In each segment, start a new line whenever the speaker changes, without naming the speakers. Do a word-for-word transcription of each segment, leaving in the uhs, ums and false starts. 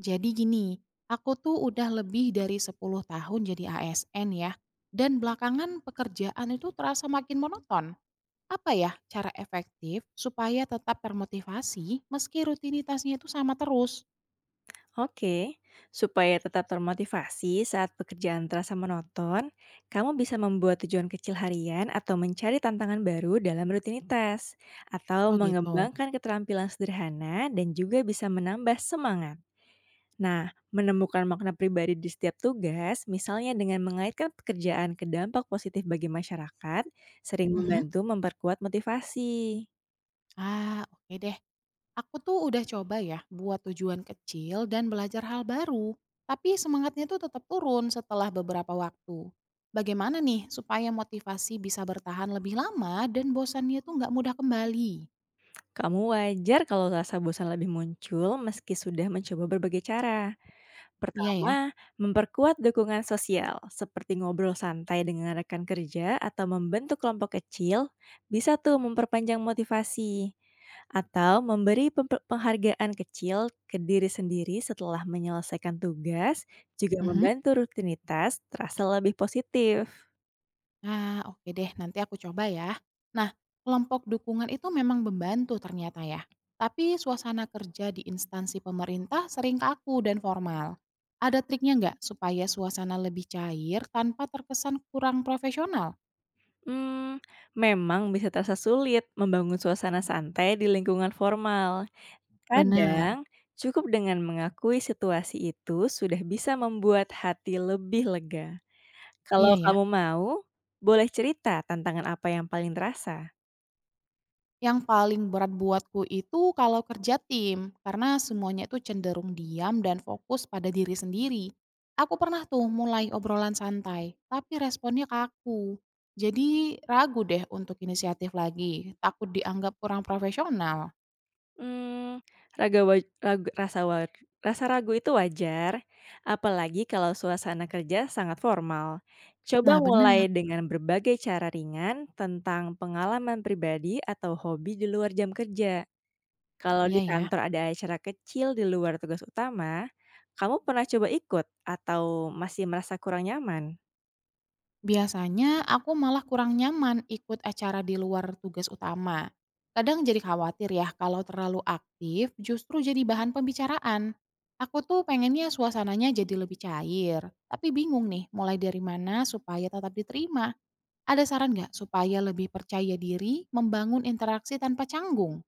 Jadi gini, aku tuh udah lebih dari sepuluh tahun jadi A S N ya, dan belakangan pekerjaan itu terasa makin monoton. Apa ya cara efektif supaya tetap termotivasi meski rutinitasnya itu sama terus?
Oke, supaya tetap termotivasi saat pekerjaan terasa monoton, kamu bisa membuat tujuan kecil harian atau mencari tantangan baru dalam rutinitas, atau
Oh gitu.
mengembangkan keterampilan sederhana dan juga bisa menambah semangat. Nah, menemukan makna pribadi di setiap tugas, misalnya dengan mengaitkan pekerjaan ke dampak positif bagi masyarakat, sering
Mhm.
membantu memperkuat motivasi.
Ah, oke deh, aku tuh udah coba ya buat tujuan kecil dan belajar hal baru. Tapi semangatnya tuh tetap turun setelah beberapa waktu. Bagaimana nih supaya motivasi bisa bertahan lebih lama dan bosannya tuh nggak mudah kembali?
Kamu wajar kalau rasa bosan lebih muncul meski sudah mencoba berbagai cara.
Iya ya?
Pertama, memperkuat dukungan sosial, seperti ngobrol santai dengan rekan kerja atau membentuk kelompok kecil, bisa tuh memperpanjang motivasi. Atau memberi pempe- penghargaan kecil ke diri sendiri setelah menyelesaikan tugas, juga
Mhm.
membantu rutinitas terasa lebih positif.
Ah, oke deh, nanti aku coba ya. Nah, kelompok dukungan itu memang membantu ternyata ya. Tapi suasana kerja di instansi pemerintah sering kaku dan formal. Ada triknya nggak supaya suasana lebih cair tanpa terkesan kurang profesional?
Hmm, memang bisa terasa sulit membangun suasana santai di lingkungan formal.
Benar.
Kadang, cukup dengan mengakui situasi itu sudah bisa membuat hati lebih lega.
Iya
Kalau
ya?
kamu mau, boleh cerita tantangan apa yang paling terasa?
Yang paling berat buatku itu kalau kerja tim, karena semuanya itu cenderung diam dan fokus pada diri sendiri. Aku pernah tuh mulai obrolan santai, tapi responnya kaku. Jadi ragu deh untuk inisiatif lagi, takut dianggap kurang profesional.
Mmm, raga wa ragu rasa war rasa ragu itu wajar, apalagi kalau suasana kerja sangat formal. Coba
Nah bener,
mulai dengan berbagai cara ringan tentang pengalaman pribadi atau hobi di luar jam kerja. Kalau
iya
di
ya.
kantor ada acara kecil di luar tugas utama, kamu pernah coba ikut atau masih merasa kurang nyaman?
Biasanya aku malah kurang nyaman ikut acara di luar tugas utama. Kadang jadi khawatir ya kalau terlalu aktif justru jadi bahan pembicaraan. Aku tuh pengennya suasananya jadi lebih cair, tapi bingung nih mulai dari mana supaya tetap diterima. Ada saran nggak supaya lebih percaya diri membangun interaksi tanpa canggung?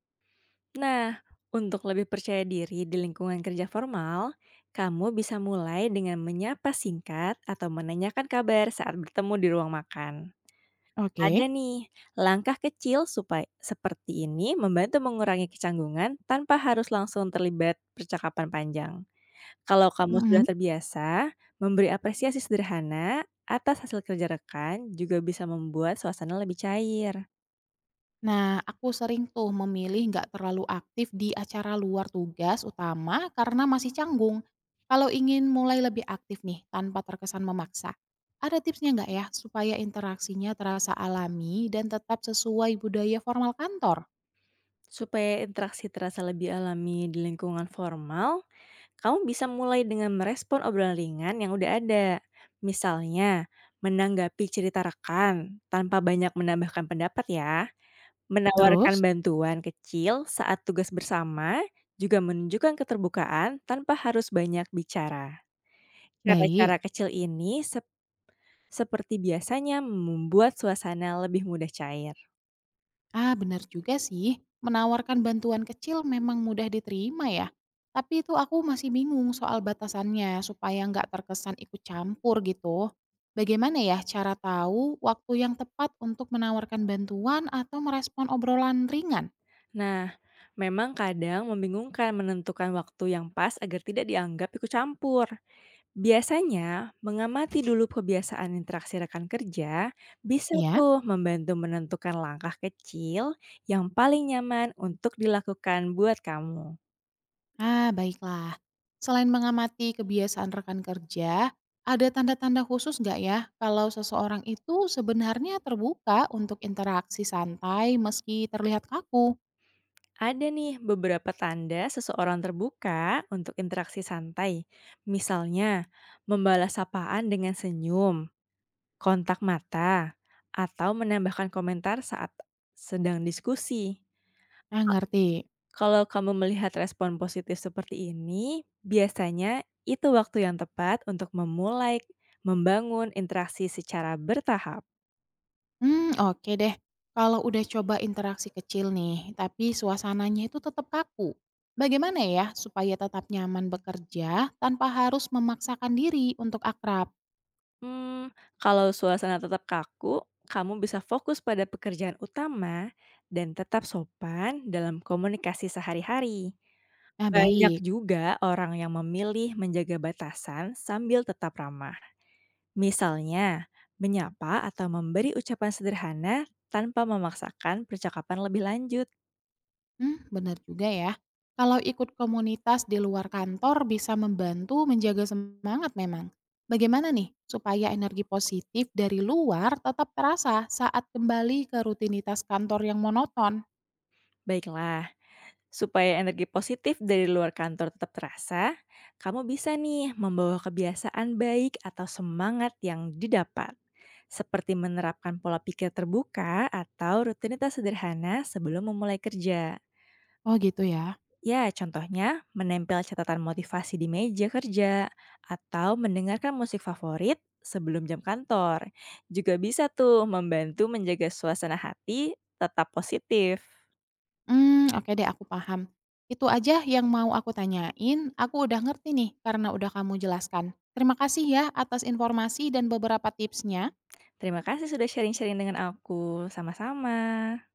Nah, untuk lebih percaya diri di lingkungan kerja formal, kamu bisa mulai dengan menyapa singkat atau menanyakan kabar saat bertemu di ruang makan.
Oke.
Ada nih, langkah kecil supaya seperti ini membantu mengurangi kecanggungan tanpa harus langsung terlibat percakapan panjang. Kalau kamu sudah
Mhm.
terbiasa, memberi apresiasi sederhana atas hasil kerja rekan juga bisa membuat suasana lebih cair.
Nah, aku sering tuh memilih nggak terlalu aktif di acara luar tugas utama karena masih canggung. Kalau ingin mulai lebih aktif nih, tanpa terkesan memaksa. Ada tipsnya nggak ya, supaya interaksinya terasa alami dan tetap sesuai budaya formal kantor?
Supaya interaksi terasa lebih alami di lingkungan formal, kamu bisa mulai dengan merespon obrolan ringan yang udah ada. Misalnya, menanggapi cerita rekan tanpa banyak menambahkan pendapat ya. Menawarkan
Terus?
bantuan kecil saat tugas bersama juga menunjukkan keterbukaan tanpa harus banyak bicara.
Baik.
Cara-cara kecil ini seperti biasanya membuat suasana lebih mudah cair.
Ah, benar juga sih. Menawarkan bantuan kecil memang mudah diterima ya. Tapi itu aku masih bingung soal batasannya supaya nggak terkesan ikut campur gitu. Bagaimana ya cara tahu waktu yang tepat untuk menawarkan bantuan atau merespon obrolan ringan?
Nah, memang kadang membingungkan menentukan waktu yang pas agar tidak dianggap ikut campur. Biasanya, mengamati dulu kebiasaan interaksi rekan kerja bisa
Ya?
tuh membantu menentukan langkah kecil yang paling nyaman untuk dilakukan buat kamu.
Ah, baiklah. Selain mengamati kebiasaan rekan kerja, ada tanda-tanda khusus nggak ya kalau seseorang itu sebenarnya terbuka untuk interaksi santai meski terlihat kaku?
Ada nih beberapa tanda seseorang terbuka untuk interaksi santai. Misalnya, membalas sapaan dengan senyum, kontak mata, atau menambahkan komentar saat sedang diskusi.
Nah, ngerti.
Kalau kamu melihat respon positif seperti ini, biasanya itu waktu yang tepat untuk memulai membangun interaksi secara bertahap.
Hmm, oke deh. Kalau udah coba interaksi kecil nih, tapi suasananya itu tetap kaku. Bagaimana ya supaya tetap nyaman bekerja tanpa harus memaksakan diri untuk akrab?
Mmm, kalau suasana tetap kaku, kamu bisa fokus pada pekerjaan utama dan tetap sopan dalam komunikasi sehari-hari.
Nah,
Banyak
baik.
juga orang yang memilih menjaga batasan sambil tetap ramah. Misalnya, menyapa atau memberi ucapan sederhana tanpa memaksakan percakapan lebih lanjut.
Hmm, benar juga ya. Kalau ikut komunitas di luar kantor bisa membantu menjaga semangat memang. Bagaimana nih supaya energi positif dari luar tetap terasa saat kembali ke rutinitas kantor yang monoton?
Baiklah. Supaya energi positif dari luar kantor tetap terasa, kamu bisa nih membawa kebiasaan baik atau semangat yang didapat, seperti menerapkan pola pikir terbuka atau rutinitas sederhana sebelum memulai kerja.
Oh, gitu ya.
Ya, contohnya menempel catatan motivasi di meja kerja atau mendengarkan musik favorit sebelum jam kantor. Juga bisa tuh membantu menjaga suasana hati tetap positif.
Mmm, oke deh aku paham. Itu aja yang mau aku tanyain, aku udah ngerti nih karena udah kamu jelaskan. Terima kasih ya atas informasi dan beberapa tipsnya.
Terima kasih sudah sharing-sharing dengan aku. Sama-sama.